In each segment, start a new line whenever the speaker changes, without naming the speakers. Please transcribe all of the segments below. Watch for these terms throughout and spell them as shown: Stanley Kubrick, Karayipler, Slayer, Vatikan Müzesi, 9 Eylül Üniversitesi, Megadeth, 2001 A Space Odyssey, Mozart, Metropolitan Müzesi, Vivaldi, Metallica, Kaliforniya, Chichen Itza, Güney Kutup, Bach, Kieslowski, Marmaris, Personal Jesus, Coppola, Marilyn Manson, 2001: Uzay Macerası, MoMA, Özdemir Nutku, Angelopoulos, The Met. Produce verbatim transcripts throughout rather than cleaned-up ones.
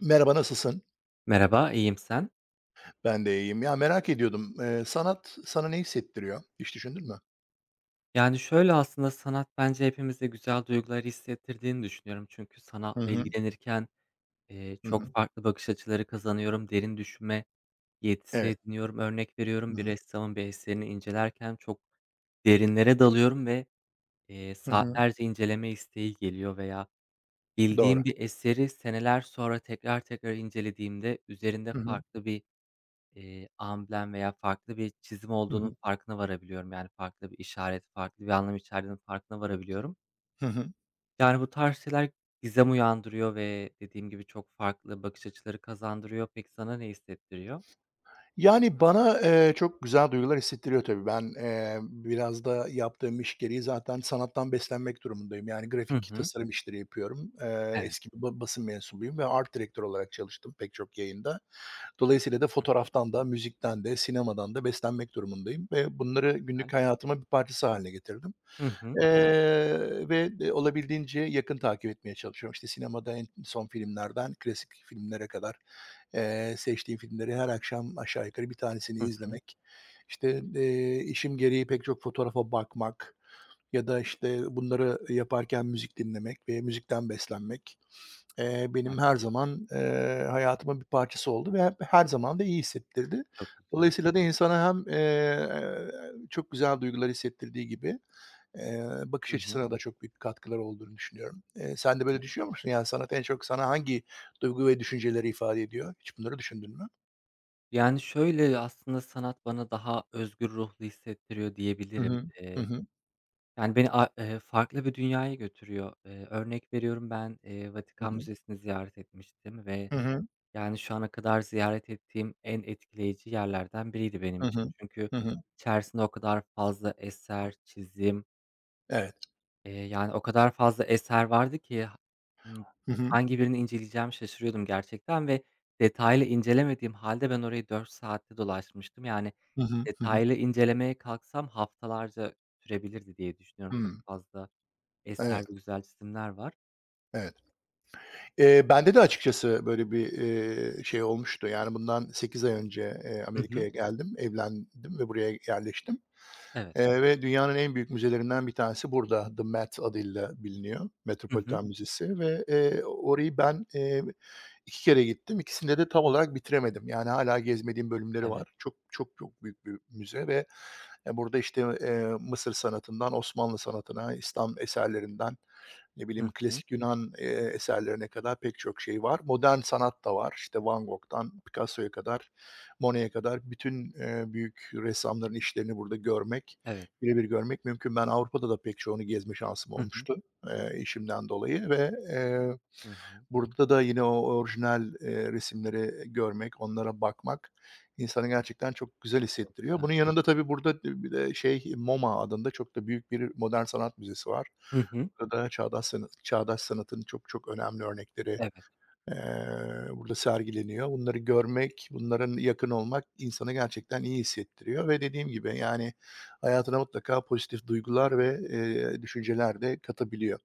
Merhaba, nasılsın?
Merhaba, iyiyim sen?
Ben de iyiyim. Ya, merak ediyordum, eee, sanat sana ne hissettiriyor? Hiç düşündün mü?
Yani, şöyle aslında sanat bence hepimize güzel duyguları hissettirdiğini düşünüyorum. Çünkü
Hı
sanatla
hı.
ilgilenirken, eee,
Hı
çok
hı.
farklı bakış açıları kazanıyorum, derin düşünme yetisi
Evet.
ediniyorum. Örnek
Hı
veriyorum, bir
hı.
ressamın bir eserini incelerken çok derinlere dalıyorum ve, eee,
Hı hı.
saatlerce inceleme isteği geliyor veya
Doğru.
bildiğim bir eseri seneler sonra tekrar tekrar incelediğimde üzerinde
Hı hı.
farklı bir Eee, amblem veya farklı bir çizim
Hı
olduğunun
hı.
farkına varabiliyorum. Yani, farklı bir işaret, farklı bir anlam içerdiğinin farkına varabiliyorum.
Hı hı.
Yani, bu tarz şeyler gizem uyandırıyor ve dediğim gibi çok farklı bakış açıları kazandırıyor. Peki, sana ne hissettiriyor?
Yani, bana, eee, çok güzel duygular hissettiriyor tabii. Ben, eee, biraz da yaptığım iş gereği zaten sanattan beslenmek durumundayım. Yani,
Hı
grafik
hı.
tasarım işleri yapıyorum. Eee,
Evet,
eski bir ba basın mensubuyum ve art direktör olarak çalıştım pek çok yayında. Dolayısıyla da fotoğraftan da, müzikten de, sinemadan da beslenmek durumundayım ve bunları
güzel.
günlük hayatıma bir parçası hâline getirdim.
Hı hı.
Eee, ve, eee, olabildiğince yakın takip etmeye çalışıyorum. İşte, sinemada en son filmlerden klasik filmlere kadar, eee, seçtiğim filmleri her akşam aşağı yukarı bir tanesini
Hı hı.
izlemek, İşte eee, işim gereği pek çok fotoğrafa bakmak ya da, işte, bunları yaparken müzik dinlemek ve müzikten beslenmek. Eee, benim
Evet,
her zaman, eee, hayatımın bir parçası oldu ve hep her zaman da iyi hissettirdi.
çok güzel.
Dolayısıyla da insana hem, eee, çok güzel duygular hissettirdiği gibi, eee, bakış
Hı hı.
açısına da çok büyük katkılar olduğunu düşünüyorum. Eee, sen de
Evet.
böyle düşünüyor musun? Yani sanat en çok sana hangi duygu ve düşünceleri ifade ediyor? Hiç bunları düşündün mü?
Yani, şöyle, aslında sanat bana daha özgür ruhlu hissettiriyor
Hı
diyebilirim.
hı. Hı hı.
Yani, beni a eee, farklı bir dünyaya götürüyor. Eee, örnek veriyorum, ben, eee,
Hı
Vatikan
hı.
Müzesi'ni ziyaret etmiştim ve,
Hı hı.
yani, şu ana kadar ziyaret ettiğim en etkileyici yerlerden biriydi benim
Hı
için.
hı.
Çünkü
Hı hı.
içerisinde o kadar fazla eser, çizim,
Evet.
eee, yani, o kadar fazla eser vardı ki ha ımm,
Hı hı.
hangi birini inceleyeceğim şaşırıyordum gerçekten ve detaylı incelemediğim halde ben orayı dört saatte dolaşmıştım. Yani,
Hı hı. Hı hı.
detaylı incelemeye kalksam haftalarca sürebilirdi diye düşünüyorum. Çok
Hımm.
fazla eser
Evet,
ve güzel çizimler var.
evet. Eee, bende de açıkçası böyle bir, eee, şey olmuştu. Yani bundan sekiz ay önce, eee,
Hı hı.
Amerika'ya geldim, evlendim ve buraya yerleştim.
Evet.
Eee, ve dünyanın en büyük müzelerinden bir tanesi burada The Met adıyla biliniyor.
Hı hı.
Metropolitan Müzesi ve, eee, orayı ben, eee, iki kere gittim. İkisinde de tam olarak bitiremedim. Yani hâlâ gezmediğim bölümleri
Evet.
var. Çok, çok, çok büyük bir müze ve, eee, burada, işte, eee, Mısır sanatından Osmanlı sanatına, İslam eserlerinden, ne bileyim,
Hı hı.
klasik Yunan, eee, eserlerine kadar pek çok şey var. Modern sanat da var. İşte, Van Gogh'tan Picasso'ya kadar, Monet'e kadar bütün, eee, büyük ressamların işlerini burada görmek
Evet.
birebir görmek mümkün. Ben Avrupa'da da pek çoğunu gezme şansım
Hı hı.
olmuştu, eee, işimden dolayı ve, eee,
Hı hı.
burada da yine o orijinal, eee, resimleri görmek, onlara bakmak insanı gerçekten çok güzel
Çok
hissettiriyor.
güzel.
Bunun yanında tabii burada bir de şey, MoMA adında çok da büyük bir modern sanat müzesi var.
Hı hı.
Burada da çağdaş sanat çağdaş sanatın çok çok önemli örnekleri
Evet.
Eee, burada sergileniyor. Bunları görmek, bunların yakın olmak insanı gerçekten iyi hissettiriyor ve dediğim gibi, yani, hayatına mutlaka pozitif duygular ve, eee, düşünceler de katabiliyor.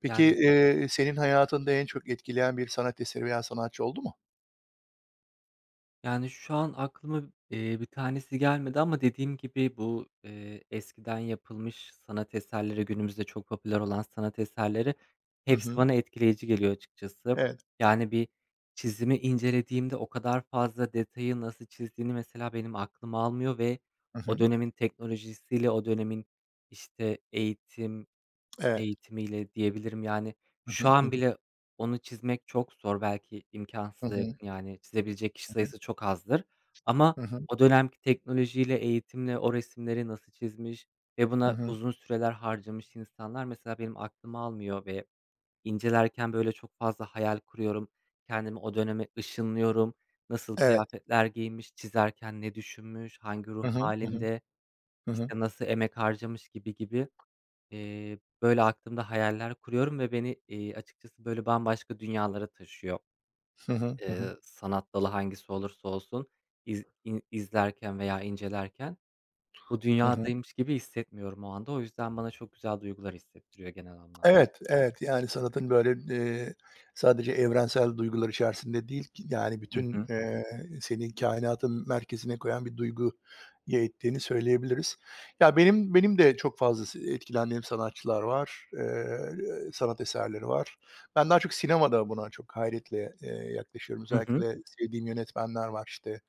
Peki,
Yani
eee, senin hayatında en çok etkileyen bir sanat eseri veya sanatçı oldu mu?
Yani, şu an aklıma, eee, bir tanesi gelmedi ama dediğim gibi bu, eee, eskiden yapılmış sanat eserleri, günümüzde çok popüler olan sanat eserleri
Hı
hepsi
hı.
bana etkileyici geliyor açıkçası.
Evet.
Yani, bir çizimi incelediğimde o kadar fazla detayı nasıl çizdiğini mesela benim aklım almıyor ve
Hı
o
hı.
dönemin teknolojisiyle, o dönemin, işte, eğitim,
Evet.
Eğitimiyle diyebilirim. Yani,
Hı
şu
hı. Hı
an
hı.
bile onu çizmek çok zor. Belki
Hı
imkânsıza
hı.
yakın, yani, çizebilecek kişi sayısı çok azdır ama
Hı hı. Hı hı.
o dönemki teknolojiyle, eğitimle o resimleri nasıl çizmiş ve
Hı
buna
hı.
uzun süreler harcamış insanlar mesela benim aklım almıyor ve incelerken, böyle, çok fazla hayal kuruyorum. Kendimi o döneme ışınlıyorum. Nasıl
Evet.
kıyafetler giymiş, çizerken ne düşünmüş, hangi
Hı
ruh
hı. Hı hı.
halinde
Hı hı.
işte, nasıl emek harcamış gibi gibi. Eee, böyle, aklımda hayaller kuruyorum ve beni, eee, açıkçası, böyle, bambaşka dünyalara taşıyor.
Hı hı. Hı hı.
Eee, sanat dalı hangisi olursa olsun iz in izlerken veya incelerken bu
Hı hı.
dünyadaymış gibi hissetmiyorum o anda. O yüzden bana çok güzel duygular hissettiriyor genel anlamda.
Evet, evet. Yani sanatın böyle, eee, sadece evrensel duygular içerisinde değil ki, yani
Hı hı.
bütün, eee, seni kainatın merkezine koyan bir duyguya ittiğini söyleyebiliriz. Ya, benim benim de çok fazla etkilendiğim sanatçılar var, eee, sanat eserleri var. Ben daha çok sinemada buna çok hayretle, eee, yaklaşıyorum.
Hı hı.
Özellikle sevdiğim yönetmenler var, işte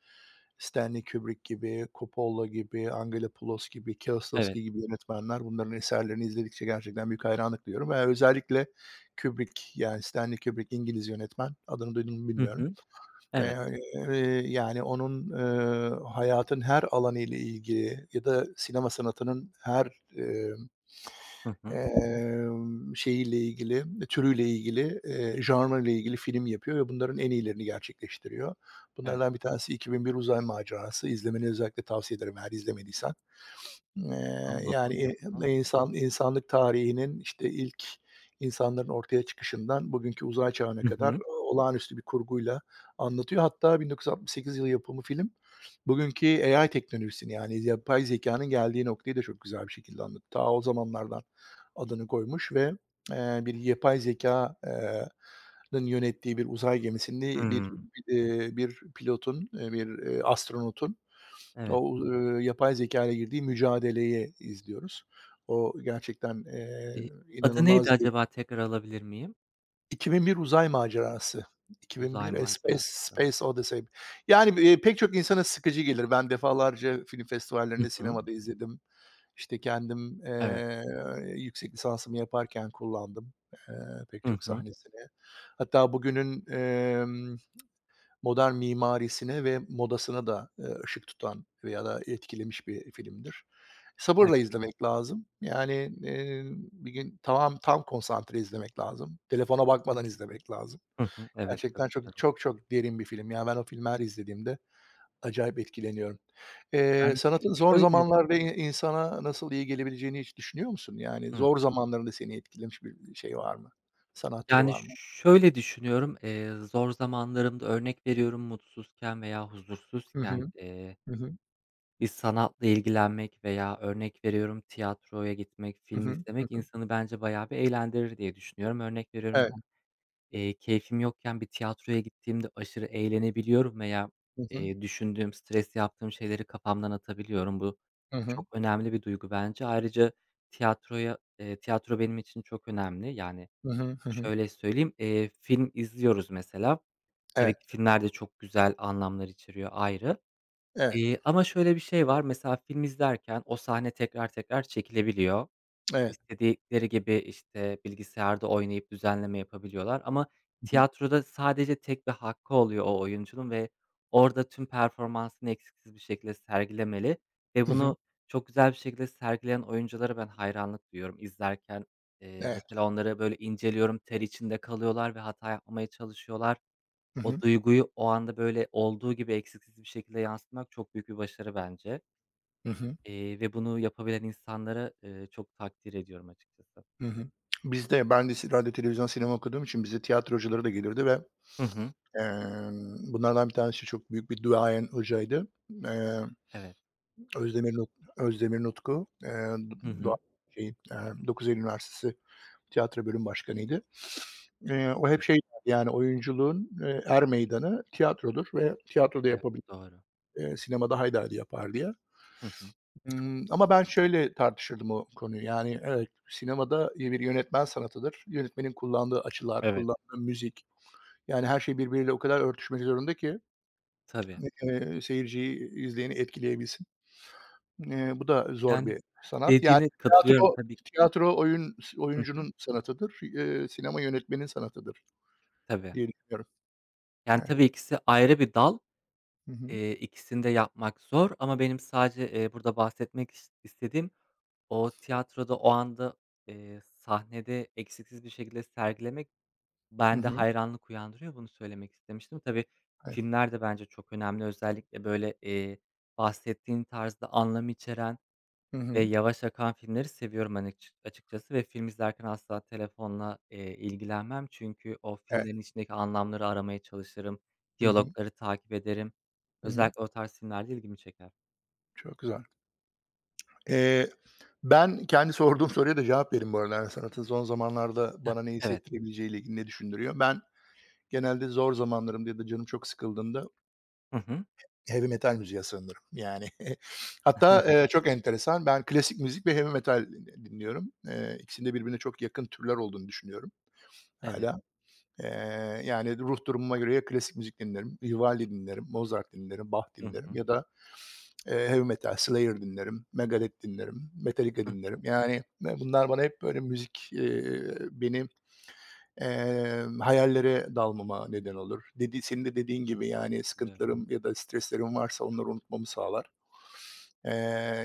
Stanley Kubrick gibi, Coppola gibi, Angelopoulos gibi,
Evet.
Kieslowski gibi yönetmenler, bunların eserlerini izledikçe gerçekten büyük hayranlık duyuyorum ve özellikle Kubrick, yani Stanley Kubrick İngiliz yönetmen. Adını duydun mu
Hı
bilmiyorum.
hı.
Eee,
Evet.
eee, Yani onun, eee, hayatın her alanı ile ilgili ya da sinema sanatının her, emm
Hı hı.
Emm, şeyiyle ilgili, türüyle ilgili, eee, genre'la ilgili film yapıyor ve bunların en iyilerini gerçekleştiriyor.
Evet.
Bunlardan bir tanesi "iki bin bir: Uzay Macerası." İzlemeni özellikle tavsiye ederim eğer izlemediysen. Eee,
Tam not
yani,
alacağım bunu.
eee, insan insanlık tarihinin, işte, ilk insanların ortaya çıkışından bugünkü uzay çağına
Hı
kadar e,
hı.
olağanüstü bir kurguyla anlatıyor. Hatta bin dokuz yüz altmış sekiz yılı yapımı film, bugünkü A I teknolojisini, yani, yapay zeka'nın geldiği noktayı da çok güzel bir şekilde anlatıyor. Ta o zamanlardan adını koymuş ve, eee, bir yapay zeka'nın yönettiği bir uzay gemisini bir,
Hımm.
bir, eee, bir pilotun, eee, bir, eee, astronotun
Evet.
o, ııı, yapay zekâyla girdiği mücadeleyi izliyoruz. O gerçekten, eee,
İii, adı
inanılmaz
neydi
bir.
acaba tekrar alabilir miyim?
iki bin bir Uzay Macerası,
Uzay
iki bin bir A Space
macerası.
Space Odyssey. Yani, eee, pek çok insana sıkıcı gelir. Ben defalarca film
Hı
festivallerinde,
hı.
sinemada izledim. İşte, kendim,
Evet.
eee, yüksek lisansımı yaparken kullandım, eee, pek
Hı
çok
hı.
sahnesini. Hatta bugünün, emm modern mimarisine ve modasına da, eee, ışık tutan veya da etkilemiş bir filmdir. Sabırla izlemek lazım. Yani, eee, bir gün tamam tam konsantre izlemek lazım. Telefona bakmadan izlemek lazım.
Hı hı. Evet,
Gerçekten çok,
katılıyorum.
çok, çok derin bir film. Yani ben o filmi her izlediğimde acayip etkileniyorum. Eee,
Yani,
sanatın zor
şöyle
zamanlarda i insana nasıl iyi gelebileceğini hiç düşünüyor musun? Yani
Hıı.
zor zamanlarında seni etkilemiş bir şey var mı? Sanat türü
Yani,
var mı?
şöyle düşünüyorum, eee, zor zamanlarımda, örnek veriyorum, mutsuzken veya
Hı
huzursuzken,
hı.
eee,
Hı hı.
bir sanatla ilgilenmek veya örnek veriyorum tiyatroya gitmek,
Hı
film
hı. Hı
izlemek
hı.
insanı bence bayağı bir eğlendirir diye düşünüyorum. Örnek veriyorum
Evet.
Eee, keyfim yokken bir tiyatroya gittiğimde aşırı eğlenebiliyorum veya,
Hı hı.
eee, düşündüğüm, stres yaptığım şeyleri kafamdan atabiliyorum. Bu
Hı hı.
çok önemli bir duygu bence. Ayrıca tiyatroya eee, tiyatro benim için çok önemli. Yani,
Hı hı. Hı hı.
şöyle söyleyeyim, eee, film izliyoruz mesela. Tabii
Evet,
ki filmler de çok güzel anlamlar içeriyor, ayrı.
evet,
Eee, ama şöyle bir şey var, mesela film izlerken o sahne tekrar tekrar çekilebiliyor.
evet.
İstedikleri gibi, işte, bilgisayarda oynayıp düzenleme yapabiliyorlar ama
Hı hı.
tiyatroda sadece tek bir hakkı oluyor o oyuncunun ve orada tüm performansını eksiksiz bir şekilde sergilemeli ve
Hı hı.
bunu çok güzel bir şekilde sergileyen oyunculara ben hayranlık duyuyorum izlerken. Eee,
Evet.
mesela onları, böyle, inceliyorum, ter içinde kalıyorlar ve hata yapmamaya çalışıyorlar.
Hı
O
hı.
duyguyu o anda, böyle, olduğu gibi eksiksiz bir şekilde yansıtmak çok büyük bir başarı bence,
Hı hı.
eee, ve bunu yapabilen insanları, eee, çok takdir ediyorum açıkçası.
Hı hı. Bizde ben de si radyo, televizyon, sinema okuduğum için bize tiyatro da gelirdi ve,
Hı hı.
emm, bunlardan bir tanesi çok büyük bir duayen hocaydı. Eee,
Evet.
Özdemir Nut Özdemir Nutku, eee,
Hı
doğa
hı.
şeyi, eee, dokuz Eylül Üniversitesi tiyatro bölüm başkanıydı. Eee, o hep
Evet,
şey derdi, yani, oyunculuğun, eee, er meydanı tiyatrodur ve tiyatroda
evet,
yapabil
doğru.
eee, sinemada Haydar'dı yapar diye.
Hı hı.
Imm, ama ben şöyle tartışırdım o konuyu, yani, evet, sinemada, bir yönetmen sanatıdır. Yönetmenin kullandığı açılar,
Evet,
kullandığı müzik, yani, her şey birbiriyle o kadar örtüşmek zorunda ki,
tabii.
eee, seyirciyi, izleyeni etkileyebilsin. Eee, bu da zor
Yani,
bir sanat. Yani,
dediğine katılıyorum
tiyatro
tabii ki.
tiyatro oyun
Hı hı.
oyuncunun sanatıdır, eee, sinema yönetmenin sanatıdır
Tabii.
diye düşünüyorum.
Yani,
Evet.
tabii ikisi ayrı bir dal.
Hı hı.
Eee, ikisini de yapmak zor ama benim sadece, eee, burada bahsetmek is istediğim o tiyatroda o anda, eee, sahnede eksiksiz bir şekilde sergilemek
Hı
bende
hı.
hayranlık uyandırıyor. Bunu söylemek istemiştim. Tabii
Evet.
filmler de bence çok önemli. Özellikle, böyle, eee, bahsettiğin tarzda anlam içeren
Hı
ve
hı.
yavaş akan filmleri seviyorum ben açı açıkçası ve film izlerken asla telefonla, eee, ilgilenmem. Çünkü o
Evet.
filmlerin içindeki anlamları aramaya çalışırım,
Hı hı.
diyalogları takip ederim.
Hı hı.
Özellikle o tarz filmlerde ilgimi çeker.
Çok güzel. E, Ben kendi sorduğum soruya da cevap vereyim bu arada. Yani sanatın son zamanlarda
Heh,
bana ne
evet.
hissettirebileceğiyle ilgili ne düşündürüyor? Ben genelde zor zamanlarımda ya da canım çok sıkıldığında
Hı hı.
heavy metal müziğe sığınırım. Yani hatta, eee, çok enteresan, ben klasik müzik ve heavy metal dinliyorum. Eee, ikisinin birbirine çok yakın türler olduğunu düşünüyorum
Evet.
hala. Eee, yani ruh durumuma göre ya klasik müzik dinlerim, Vivaldi dinlerim, Mozart dinlerim, Bach
Hı
dinlerim
hı.
ya da Eee, heavy metal, Slayer dinlerim, Megadeth dinlerim, Metallica
Hıh,
dinlerim. Yani, eee, bunlar bana hep böyle müzik, eee, benim, emm, hayallere dalmama neden olur. Dedi senin de dediğin gibi, yani,
katılıyorum.
sıkıntılarım ya da streslerim varsa onları unutmamı sağlar. Eee,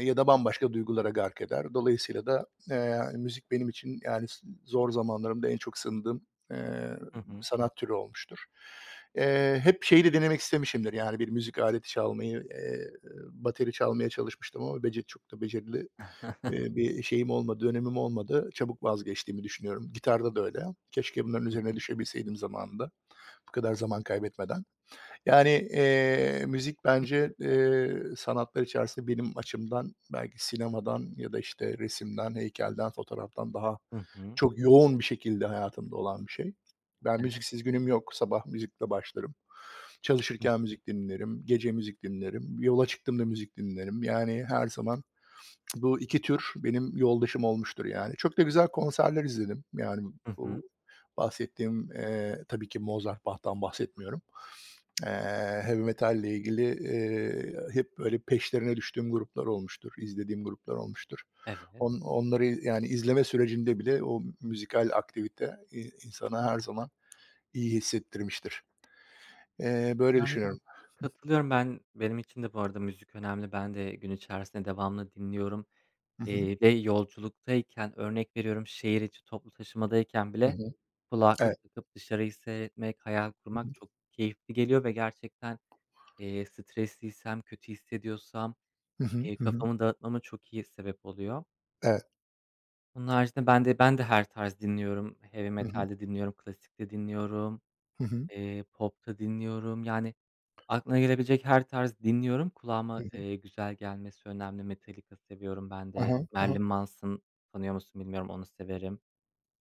Ya da bambaşka duygulara gark eder. Dolayısıyla da, eee, yani müzik benim için, yani, s zor zamanlarımda en çok sığındığım, eee,
Hı hı.
sanat türü olmuştur. Eee, hep şeyi de denemek istemişimdir, yani, bir müzik aleti çalmayı, eee, bateri çalmaya çalışmıştım ama beceri çok da becerili, eee, bir şeyim olmadı, dönemim olmadı. Çabuk vazgeçtiğimi düşünüyorum. Gitarda da öyle. Keşke bunların
Hı
üzerine
hı.
düşebilseydim zamanında, bu kadar zaman kaybetmeden. Yani, eee, müzik bence, eee, sanatlar içerisinde benim açımdan belki sinemadan ya da, işte, resimden, heykelden, fotoğraftan daha
Hı hı.
çok yoğun bir şekilde hayatımda olan bir şey. Ben
Evet.
müziksiz günüm yok. Sabah müzikle başlarım. Çalışırken müzik dinlerim, gece müzik dinlerim, yola çıktığımda müzik dinlerim. Yani her zaman bu iki tür benim yoldaşım olmuştur, yani. Çok da güzel konserler izledim. Yani
Hı hı.
bu bahsettiğim, eee, tabii ki Mozart, Bach'tan bahsetmiyorum. Eee, Heavy metalle ilgili, eee, hep böyle peşlerine düştüğüm gruplar olmuştur, izlediğim gruplar olmuştur.
Evet.
On onları yani izleme sürecinde bile o müzikal aktivite, iii, insana her zaman iyi hissettirmiştir. Eee, böyle
Yani
düşünüyorum.
katılıyorum ben. Benim için de bu arada müzik önemli. Ben de gün içerisinde devamlı dinliyorum,
Hı hı.
eee, ve yolculuktayken, örnek veriyorum, şehir içi toplu taşımadayken
Hı
bile
hı. Evet.
kulaklık takıp dışarıyı seyretmek, hayal
Hı
kurmak
hı.
çok keyifli geliyor ve gerçekten, eee, stresliysem, kötü hissediyorsam,
Hı
eee,
hı.
kafamı dağıtmama çok iyi sebep oluyor.
Evet.
Onun haricinde ben de ben de her tarz dinliyorum. Heavy
Hı hı.
metal de dinliyorum, klasik de dinliyorum,
Hı hı.
eee, pop da dinliyorum. Yani, aklına gelebilecek her tarz dinliyorum. Kulağıma,
Hı hı.
eee, güzel gelmesi önemli. Metallica seviyorum ben
Hı
de.
hı.
Marilyn Manson tanıyor musun bilmiyorum, onu severim.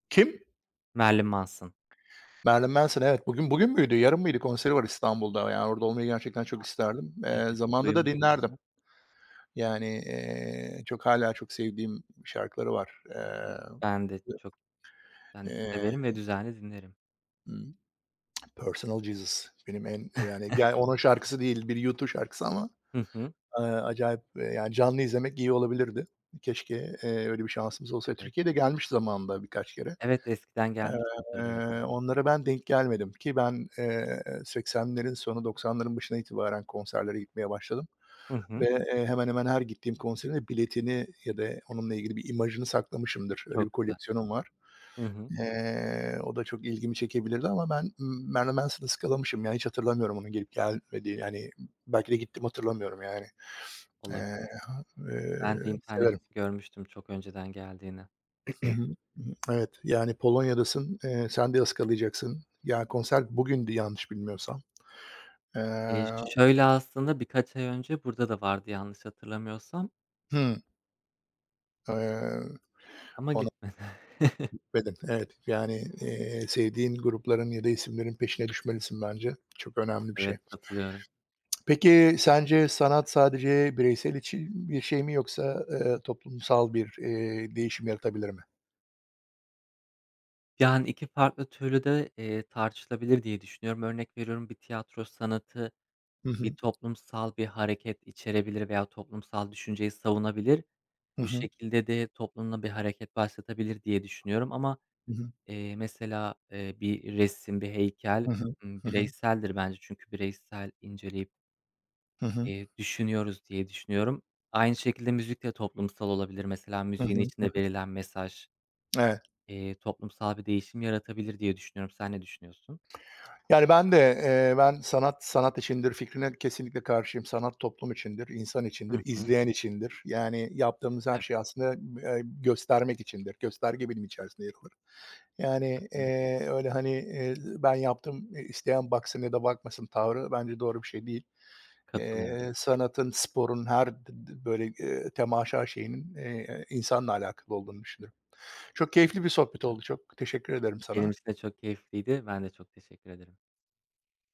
Kim?
Marilyn Manson.
Marilyn Manson, evet. Bugün bugün müydü, yarın mıydı? Konseri var İstanbul'da. Yani orada olmayı gerçekten çok isterdim.
Evet,
Eee, zamanında da dinlerdim.
duymuştum.
Yani, eee, çok hala çok sevdiğim şarkıları var. Eee,
Ben de çok ben de
eee,
severim ve düzenli dinlerim.
ımm, Personal Jesus benim en, yani, ya, onun şarkısı değil, bir YouTube şarkısı ama,
Hı hı.
eee, acayip, eee, yani, canlı izlemek iyi olabilirdi. Keşke, eee, öyle bir şansımız olsaydı.
Evet.
Türkiye'de de gelmiş zamanında birkaç kere.
Evet, eskiden gelmişti hatırlıyorum.
Eee, onlara ben denk gelmedim ki ben, eee, seksenlerin sonu doksanların başına itibaren konserlere gitmeye başladım
Hı hı.
ve, eee, hemen hemen her gittiğim konserin de biletini ya da onunla ilgili bir imajını saklamışımdır. Öyle bir
Çok güzel.
koleksiyonum var.
Hı hı.
Eee, o da çok ilgimi çekebilirdi ama ben M Marilyn Manson'ı skalamışım ya. Hiç hatırlamıyorum onun gelip gelmediğini. Yani belki de gittim hatırlamıyorum yani.
Olabilir.
Eee,
Ben de
eee,
internette görmüştüm çok önceden geldiğini.
Hı hı. Hı hı. Evet, yani Polonya'dasın, eee, sen de ıskalayacaksın. Ya, konser bugündü yanlış bilmiyorsam.
Eee,
Eee
şöyle aslında birkaç ay önce burada da vardı yanlış hatırlamıyorsam
Hıı. Eee,
ama
Ona
gitmedi.
gitmedim. Evet, yani, eee, sevdiğin grupların ya da isimlerin peşine düşmelisin bence. Çok önemli bir şey.
Evet, katılıyorum.
Peki, sence sanat sadece bireysel için bir şey mi yoksa, eee, toplumsal bir, eee, değişim yaratabilir mi?
Yani, iki farklı türlü de, eee, tartışılabilir diye düşünüyorum. Örnek veriyorum, bir tiyatro sanatı
Hı
bir
hı.
toplumsal bir hareket içerebilir veya toplumsal düşünceyi savunabilir.
Hı
Bu
hı.
şekilde de toplumda bir hareket başlatabilir diye düşünüyorum ama,
Hı hı.
eee, mesela, eee, bir resim, bir heykel,
Hı hı.
ımm,
Hı hı.
bireyseldir bence çünkü bireysel inceleyip,
Hı hı.
eee, düşünüyoruz diye düşünüyorum. Aynı şekilde müzik de toplumsal olabilir. Mesela
Hı
müziğin
hı. Hı
içinde
hı.
verilen mesaj,
Evet.
eee, toplumsal bir değişim yaratabilir diye düşünüyorum. Sen ne düşünüyorsun?
Yani ben de, eee, ben sanat sanat içindir fikrine kesinlikle karşıyım. Sanat toplum içindir, insan
Hı
içindir,
hı.
izleyen içindir. Yani yaptığımız her
Evet.
şey aslında, eee, göstermek içindir. Gösterge bilim içerisinde yer alır. Yani,
Hı hı.
eee, öyle, hani, eee, ben yaptım, eee, isteyen baksın ya da bakmasın tavrı bence doğru bir şey değil.
Katılıyorum,
Eee, sanatın, sporun her d d böyle, eee, temaşa şeyinin, eee, insanla alakalı olduğunu düşünüyorum. Çok keyifli bir sohbet
katılıyorum.
oldu. Çok teşekkür ederim
Benim için
sana.
de çok keyifliydi. Ben de çok teşekkür ederim.